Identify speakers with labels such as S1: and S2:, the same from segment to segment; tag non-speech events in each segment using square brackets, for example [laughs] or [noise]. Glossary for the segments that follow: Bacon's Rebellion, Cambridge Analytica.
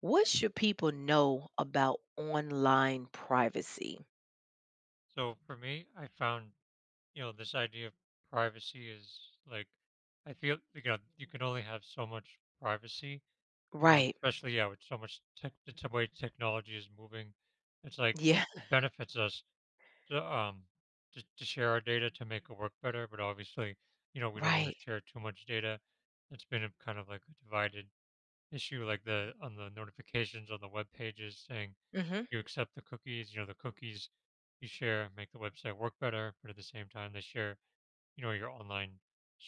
S1: What should people know about online privacy?
S2: So for me, I found, you know, this idea of privacy is like, I feel, you know, you can only have so much privacy,
S1: Right.
S2: especially, yeah, with so much tech, way technology is moving. It's like,
S1: Yeah.
S2: it benefits us to, to share our data to make it work better. But obviously, you know, we don't want to
S1: Right.
S2: share too much data. It's been a kind of like a divided issue, like on the notifications on the web pages saying,
S1: Hmm.
S2: you accept the cookies, you know, the cookies you share make the website work better, but at the same time they share, you know, your online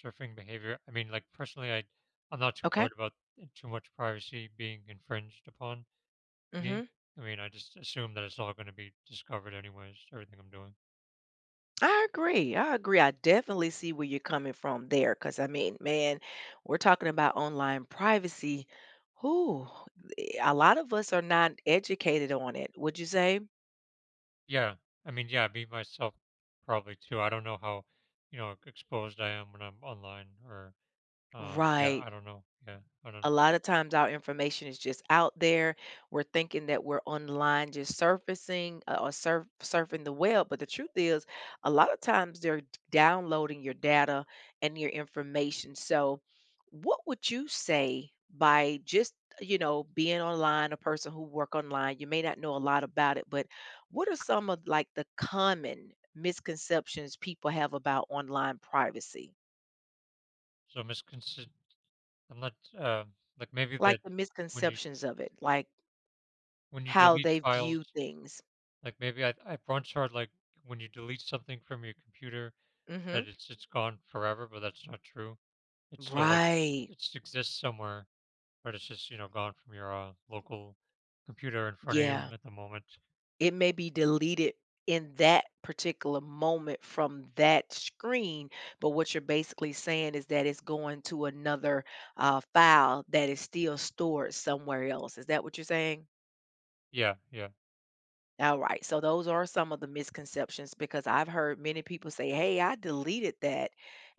S2: surfing behavior. I mean, like personally I'm not too
S1: Okay.
S2: worried about too much privacy being infringed upon me.
S1: Hmm.
S2: I mean, I just assume that it's all going to be discovered anyways, everything I'm doing.
S1: I agree. I agree. I definitely see where you're coming from there. Cause I mean, man, we're talking about online privacy. Who a lot of us are not educated on it, would you say?
S2: Yeah. I mean, yeah, be myself probably too. I don't know how, you know, exposed I am when I'm online or yeah,
S1: Right.
S2: I don't know. Yeah. I
S1: A
S2: don't
S1: lot of times our information is just out there. We're thinking that we're online just surfacing or surfing the web. But the truth is, a lot of times they're downloading your data and your information. So, what would you say, by just being online, a person who work online you may not know a lot about it, but what are some of like the common misconceptions people have about online privacy?
S2: so miscon. I'm not like maybe that
S1: Like the
S2: when you
S1: misconceptions of it, like,
S2: when you
S1: how
S2: delete
S1: they
S2: files,
S1: view things.
S2: like maybe I once heard like when you delete something from your computer that
S1: Mhm.
S2: it's gone forever, but that's not true. It's still like
S1: Right.
S2: it exists somewhere, but it's just you know gone from your local computer in front of you
S1: Yeah.
S2: at the moment.
S1: It may be deleted in that particular moment from that screen, but what you're basically saying is that it's going to another, file that is still stored somewhere else. Is that what you're saying?
S2: Yeah, yeah,
S1: Alright, so those are some of the misconceptions because I've heard many people say, "Hey, I deleted that,"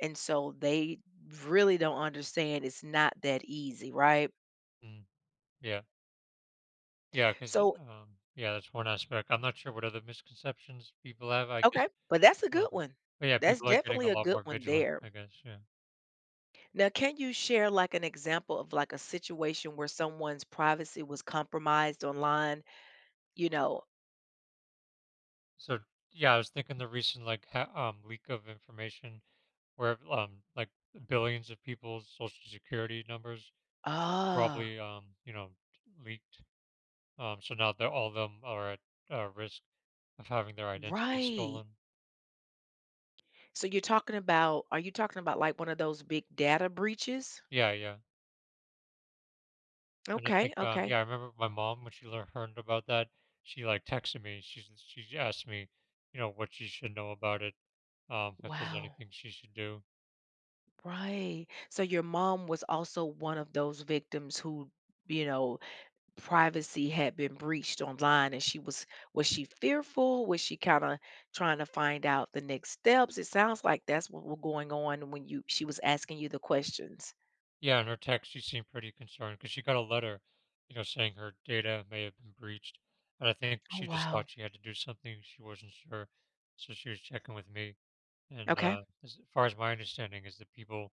S1: and so they really don't understand it's not that easy, right?
S2: mm, yeah, yeah. Because
S1: So
S2: yeah, that's one aspect. I'm not sure what other misconceptions people have. I guess,
S1: Okay, but that's a
S2: um,
S1: good one.
S2: but yeah,
S1: That's
S2: people are getting a
S1: definitely a
S2: lot
S1: good
S2: more
S1: one
S2: vigilant.
S1: there.
S2: I guess, yeah.
S1: Now, can you share like an example of like a situation where someone's privacy was compromised online? You know,
S2: So yeah, I was thinking the recent leak of information where like billions of people's social security numbers
S1: ah,
S2: probably you know leaked. So now that all of them are at risk of having their identities
S1: right.
S2: stolen.
S1: Are you talking about like one of those big data breaches?
S2: Yeah, yeah. And I think
S1: Okay,
S2: yeah, I
S1: okay.
S2: remember my mom when learned about that, she like texted me. She asked me, you know, what she should know about it. If there's
S1: Wow,
S2: anything she should do.
S1: right. So your mom was also one of those victims who, you know, privacy had been breached online, and she was she fearful, was she kind of trying to find out the next steps? It sounds like that's what was going on when you she was asking you the questions.
S2: Yeah, in her text, she seemed pretty concerned because she got a letter, you know, saying her data may have been breached. And I think
S1: Oh,
S2: she just
S1: wow.
S2: thought she had to do something. She wasn't sure. So she was checking with me. And
S1: Okay.
S2: as far as my understanding is the people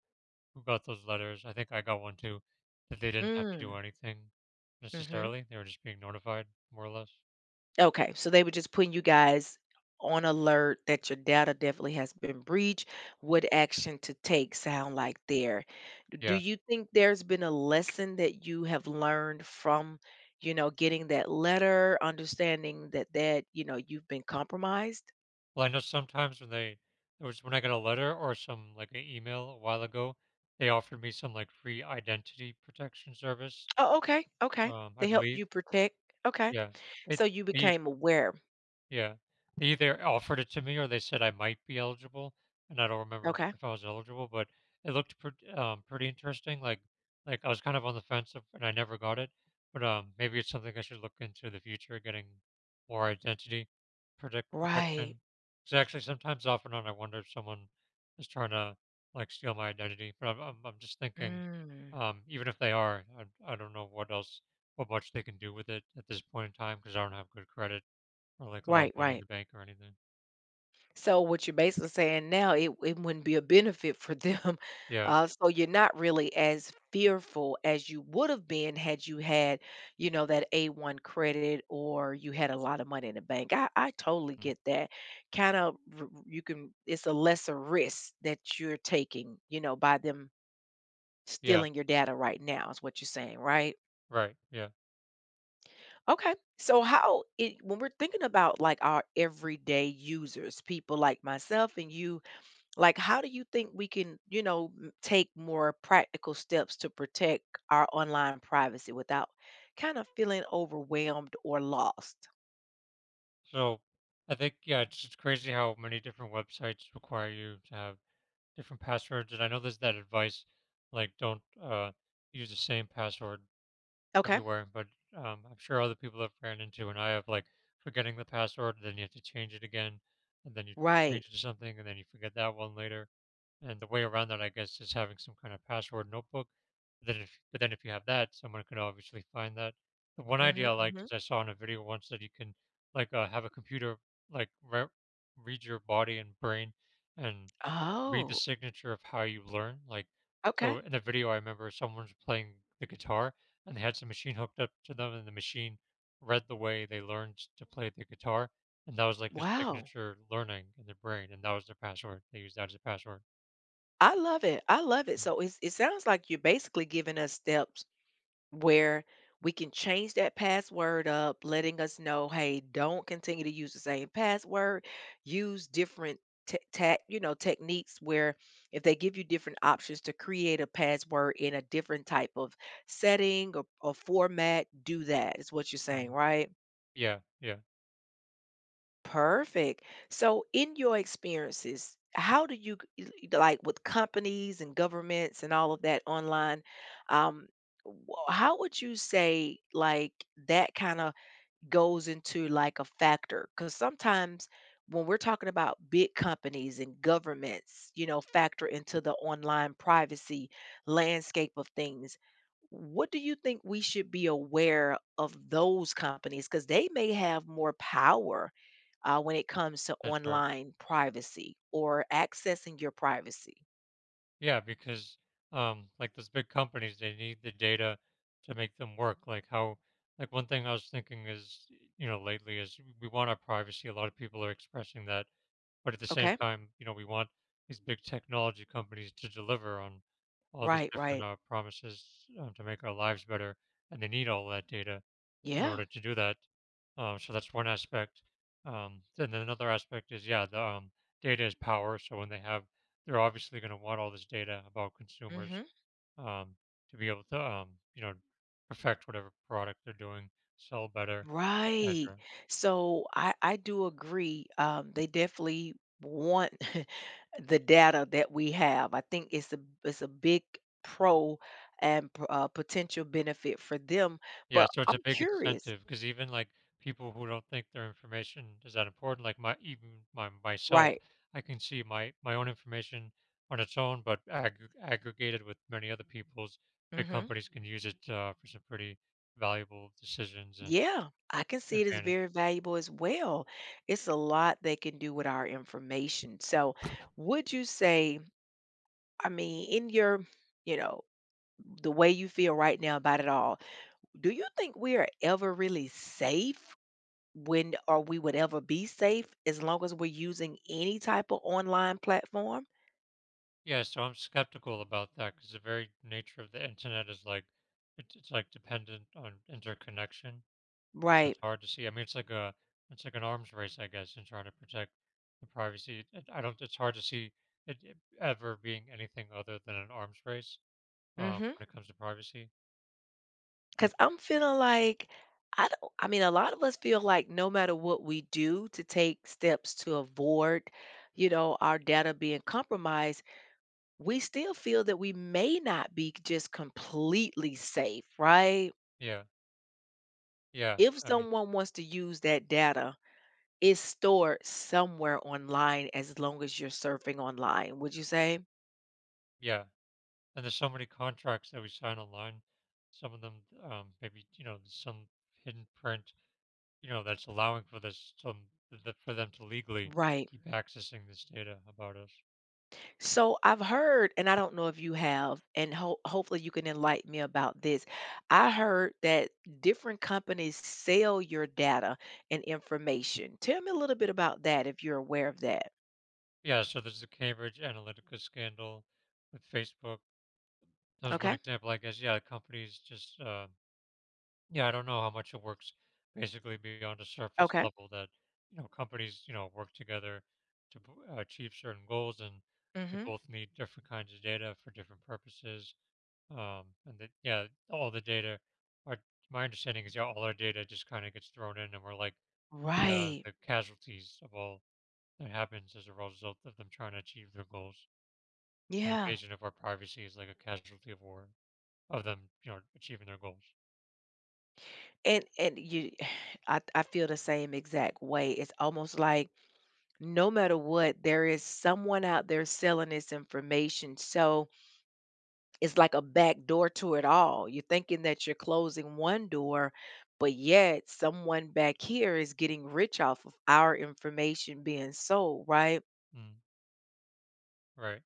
S2: who got those letters, I think I got one too, that they didn't have to do
S1: Mm.
S2: anything
S1: Hmm.
S2: necessarily. They were just being notified, more or less.
S1: Okay, so they were just putting you guys on alert that your data definitely has been breached. What action to take, sound like, there. Do
S2: Yeah.
S1: you think there's been a lesson that you have learned from, getting that letter, understanding that, you've been compromised?
S2: Well, I know sometimes when they, there was when I got a letter or some like an email a while ago, they offered me some like free identity protection service.
S1: Oh, okay. Okay.
S2: I
S1: They help
S2: believe,
S1: you protect. Okay.
S2: yeah. It
S1: So you
S2: he
S1: became aware.
S2: Yeah. They either offered it to me or they said I might be eligible, and I don't remember
S1: Okay.
S2: if I was eligible, but it looked pretty pretty interesting, I was kind of on the fence of and I never got it, but, maybe it's something I should look into the future, getting more identity
S1: Right.
S2: protection. Because actually sometimes off and on, I wonder if someone is trying to, like, steal my identity, but I'm just thinking,
S1: Mm.
S2: even if they are, I don't know what much they can do with it at this point in time because I don't have good credit. Or like a lot
S1: Right,
S2: of money in the
S1: right.
S2: bank or anything.
S1: So what you're basically saying now, it wouldn't be a benefit for them. [laughs]
S2: Yeah.
S1: So you're not really as fearful as you would have been had you had, that A1 credit or you had a lot of money in the bank. I totally
S2: Mm.
S1: get that. Kind of, you can, it's a lesser risk that you're taking, by them
S2: Yeah.
S1: stealing your data right now, is what you're saying, right?
S2: Right. Yeah.
S1: Okay. So, how it when we're thinking about like our everyday users, people like myself and you, like, how do you think we can, take more practical steps to protect our online privacy without kind of feeling overwhelmed or lost?
S2: So I think yeah, it's just crazy how many different websites require you to have different passwords. And I know there's that advice like don't use the same password
S1: Okay.
S2: everywhere, but I'm sure other people have ran into, and I have like forgetting the password, then you have to change it again, and then you
S1: Right.
S2: change it to something, and then you forget that one later. And the way around that, I guess, is having some kind of password notebook. But then, if you have that, someone could obviously find that. The one idea
S1: Hmm,
S2: I liked
S1: hmm.
S2: is I saw in a video once that you can like have a computer like re- read your body and brain and read the
S1: Oh,
S2: signature of how you learn. Like,
S1: okay.
S2: so in the video, I remember someone's playing the guitar and they had some machine hooked up to them, and the machine read the way they learned to play the guitar, and that was like their
S1: Wow.
S2: signature learning in their brain, and that was their password. They used that as a password.
S1: I love it. I love it. So it sounds like you're basically giving us steps where we can change that password up, letting us know, hey, don't continue to use the same password. Use different techniques where if they give you different options to create a password in a different type of setting or format, do that. Is what you're saying,
S2: Mhm.
S1: right?
S2: Yeah, yeah,
S1: Perfect. So, in your experiences, how do you like with companies and governments and all of that online? Um, how would you say like that kind of goes into like a factor because sometimes when we're talking about big companies and governments, factor into the online privacy landscape of things. What do you think we should be aware of those companies? Because they may have more power when it comes to
S2: that's right.
S1: online privacy or accessing your privacy.
S2: Yeah, because like those big companies, they need the data to make them work. Like how, like one thing I was thinking is, you know, lately is we want our privacy. A lot of people are expressing that. But at the same
S1: Okay.
S2: time, you know, we want these big technology companies to deliver on all these
S1: Right.
S2: different
S1: Right.
S2: promises, to make our lives better, and they need all that data in
S1: Yeah.
S2: order to do that. So that's one aspect. Then another aspect is, yeah, the data is power. So when they have, they're obviously going to want all this data about consumers,
S1: Hmm.
S2: um, to be able to, you know, perfect whatever product they're doing, sell better,
S1: Right.
S2: etc.
S1: So I do agree. They definitely want [laughs] the data that we have. I think it's a big pro and potential benefit for them.
S2: Yeah,
S1: But
S2: so it's a
S1: I'm
S2: big
S1: curious,
S2: incentive because even like people who don't think their information is that important, like my even my myself,
S1: right?
S2: I can see my own information on its own, but aggregated with many other people's, big
S1: Hmm.
S2: companies can use it for some pretty valuable decisions and
S1: Yeah, I can see it as
S2: advantage.
S1: very valuable as well. It's a lot they can do with our information. So, would you say? I mean, in your, you know, the way you feel right now about it all. Do you think we are ever really safe when or we would ever be safe as long as we're using any type of online platform?
S2: Yeah, so I'm skeptical about that because the very nature of the internet is like it's like dependent on interconnection.
S1: Right.
S2: It's hard to see. I mean, it's like a it's like an arms race, I guess, in trying to protect the privacy. I don't. It's hard to see it ever being anything other than an arms race
S1: Mm-hmm.
S2: when it comes to privacy. For
S1: Because 'Cause
S2: me.
S1: I'm feeling like I don't. I mean, a lot of us feel like no matter what we do to take steps to avoid, our data being compromised, we still feel that we may not be just completely safe, right?
S2: Yeah, yeah.
S1: If
S2: I mean,
S1: someone wants to use that data is stored somewhere online as long as you're surfing online, would you say?
S2: yeah. And there's so many contracts that we sign online. Some of them, maybe you know, some hidden print, you know, that's allowing for this for them to legally
S1: Right.
S2: keep accessing this data about us.
S1: So I've heard, and I don't know if you have, and hopefully you can enlighten me about this. I heard that different companies sell your data and information. Tell me a little bit about that if you're aware of that.
S2: Yeah. So there's the Cambridge Analytica scandal with Facebook. That was one
S1: Okay.
S2: example, I guess. Yeah, companies just, yeah, I don't know how much it works basically beyond the surface
S1: Okay.
S2: level that, you know, companies, you know, work together to achieve certain goals and they
S1: Hmm.
S2: both need different kinds of data for different purposes. And that, yeah, all the data are, my understanding is, yeah, all our data just kind of gets thrown in and we're like
S1: Right.
S2: the casualties of all that happens as a result of them trying to achieve their goals. An
S1: Yeah.
S2: invasion of our privacy is like a casualty of war of them, you know, achieving their goals.
S1: And you, [sighs] I feel the same exact way. It's almost like no matter what, there is someone out there selling this information. So it's like a back door to it all. You're thinking that you're closing one door, but yet someone back here is getting rich off of our information being sold, right?
S2: Mm, right.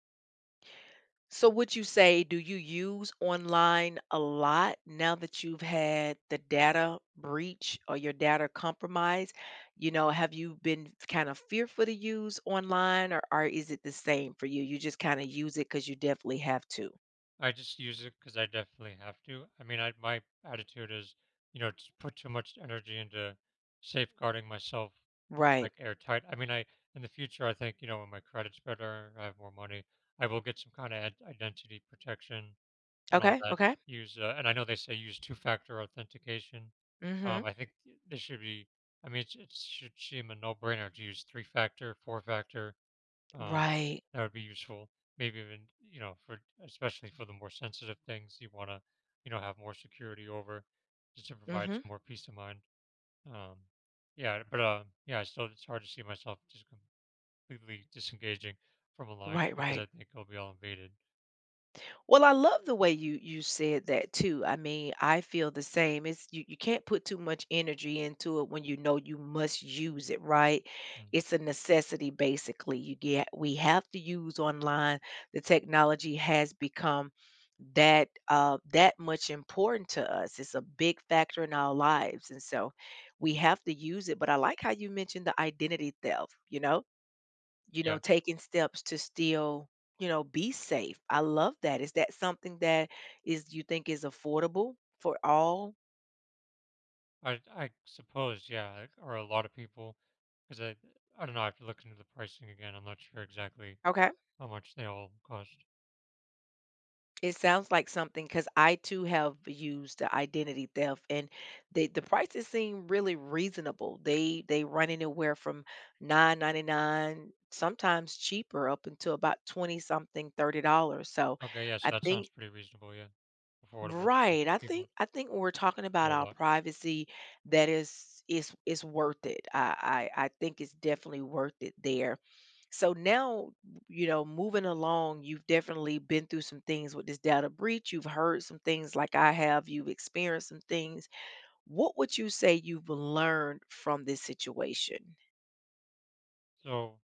S1: So would you say do you use online a lot now that you've had the data breach or your data compromised? Have you been kind of fearful to use online or is it the same for you? You just kind of use it because you definitely have to.
S2: I just use it because I definitely have to. I mean, I my attitude is, you know, to put too much energy into safeguarding myself
S1: Right.
S2: like airtight. I mean, I in the future, I think you know, when my credit's better, I have more money, I will get some kind of identity protection and all
S1: Okay.
S2: that.
S1: Okay.
S2: Use And I know they say use two-factor authentication.
S1: Mm-hmm.
S2: I think this should be. I mean, it's, it should seem a no-brainer to use three-factor, four-factor. Um,
S1: Right.
S2: that would be useful. Maybe even, you know, for especially for the more sensitive things you want to, you know, have more security over just to provide
S1: Mm-hmm.
S2: some more peace of mind. Um, yeah, but yeah, still it's hard to see myself just completely disengaging from a line
S1: Right.
S2: because
S1: Right.
S2: I think it'll be all invaded.
S1: Well, I love the way you said that too. I mean, I feel the same. It's you can't put too much energy into it when you know you must use it, right?
S2: Mm.
S1: It's a necessity basically. You get we have to use online. The technology has become that much important to us. It's a big factor in our lives. And so we have to use it. But I like how you mentioned the identity theft, you know? you know,
S2: Yeah,
S1: taking steps to still, be safe. I love that. Is that something that is you think is affordable for all?
S2: I suppose yeah, like, or a lot of people because I don't know. I have to look into the pricing again. I'm not sure exactly
S1: Okay.
S2: how much they all cost.
S1: It sounds like something because I too have used the identity theft, and the prices seem really reasonable. They run anywhere from 9.99, sometimes cheaper, up until about 20 something, $30. So
S2: Okay, yeah, so
S1: I
S2: that sounds
S1: think.
S2: pretty reasonable. Yeah, affordable to most
S1: Right. I
S2: people.
S1: think I think when we're talking
S2: Or
S1: about
S2: a
S1: our
S2: lot.
S1: privacy, that is worth it. I think it's definitely worth it there. So now, moving along, you've definitely been through some things with this data breach. You've heard some things like I have. You've experienced some things. What would you say you've learned from this situation?
S2: So,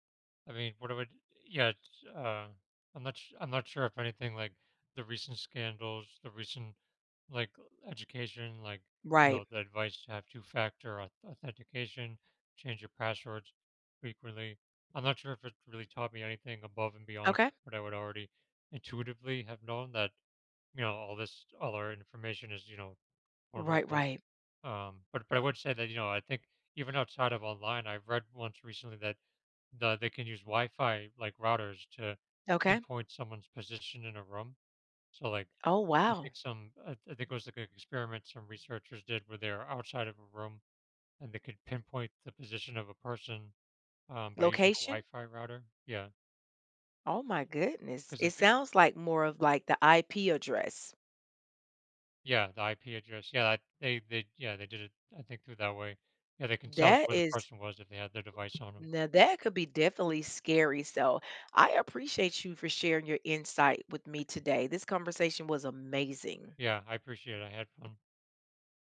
S2: I mean, what I would, yeah, I'm not, I'm not sure if anything like the recent scandals, the recent like education, like you
S1: Right.
S2: know, the advice to have authentication, change your passwords frequently. I'm not sure if it really taught me anything above and beyond
S1: Okay.
S2: what I would already intuitively have known that you know all this, all our information is you know
S1: Right,
S2: vulnerable.
S1: right.
S2: But I would say that you know I think even outside of online, I've read once recently that they can use Wi-Fi like routers to
S1: Okay.
S2: pinpoint someone's position in a room. So like
S1: Oh,
S2: I
S1: wow.
S2: think some I think it was like an experiment some researchers did where they're outside of a room and they could pinpoint the position of a person, by using a
S1: Location?
S2: Wi-Fi router. Yeah,
S1: Oh my goodness.
S2: because
S1: It
S2: it
S1: sounds like more of like the IP address.
S2: yeah the IP address. Yeah, that, they yeah they did it I think through that way. Yeah, they can tell
S1: That
S2: where the
S1: is
S2: person was if they had their device on them.
S1: now that could be definitely scary. So I appreciate you for sharing your insight with me today. This conversation was amazing.
S2: Yeah, I appreciate it. I had fun.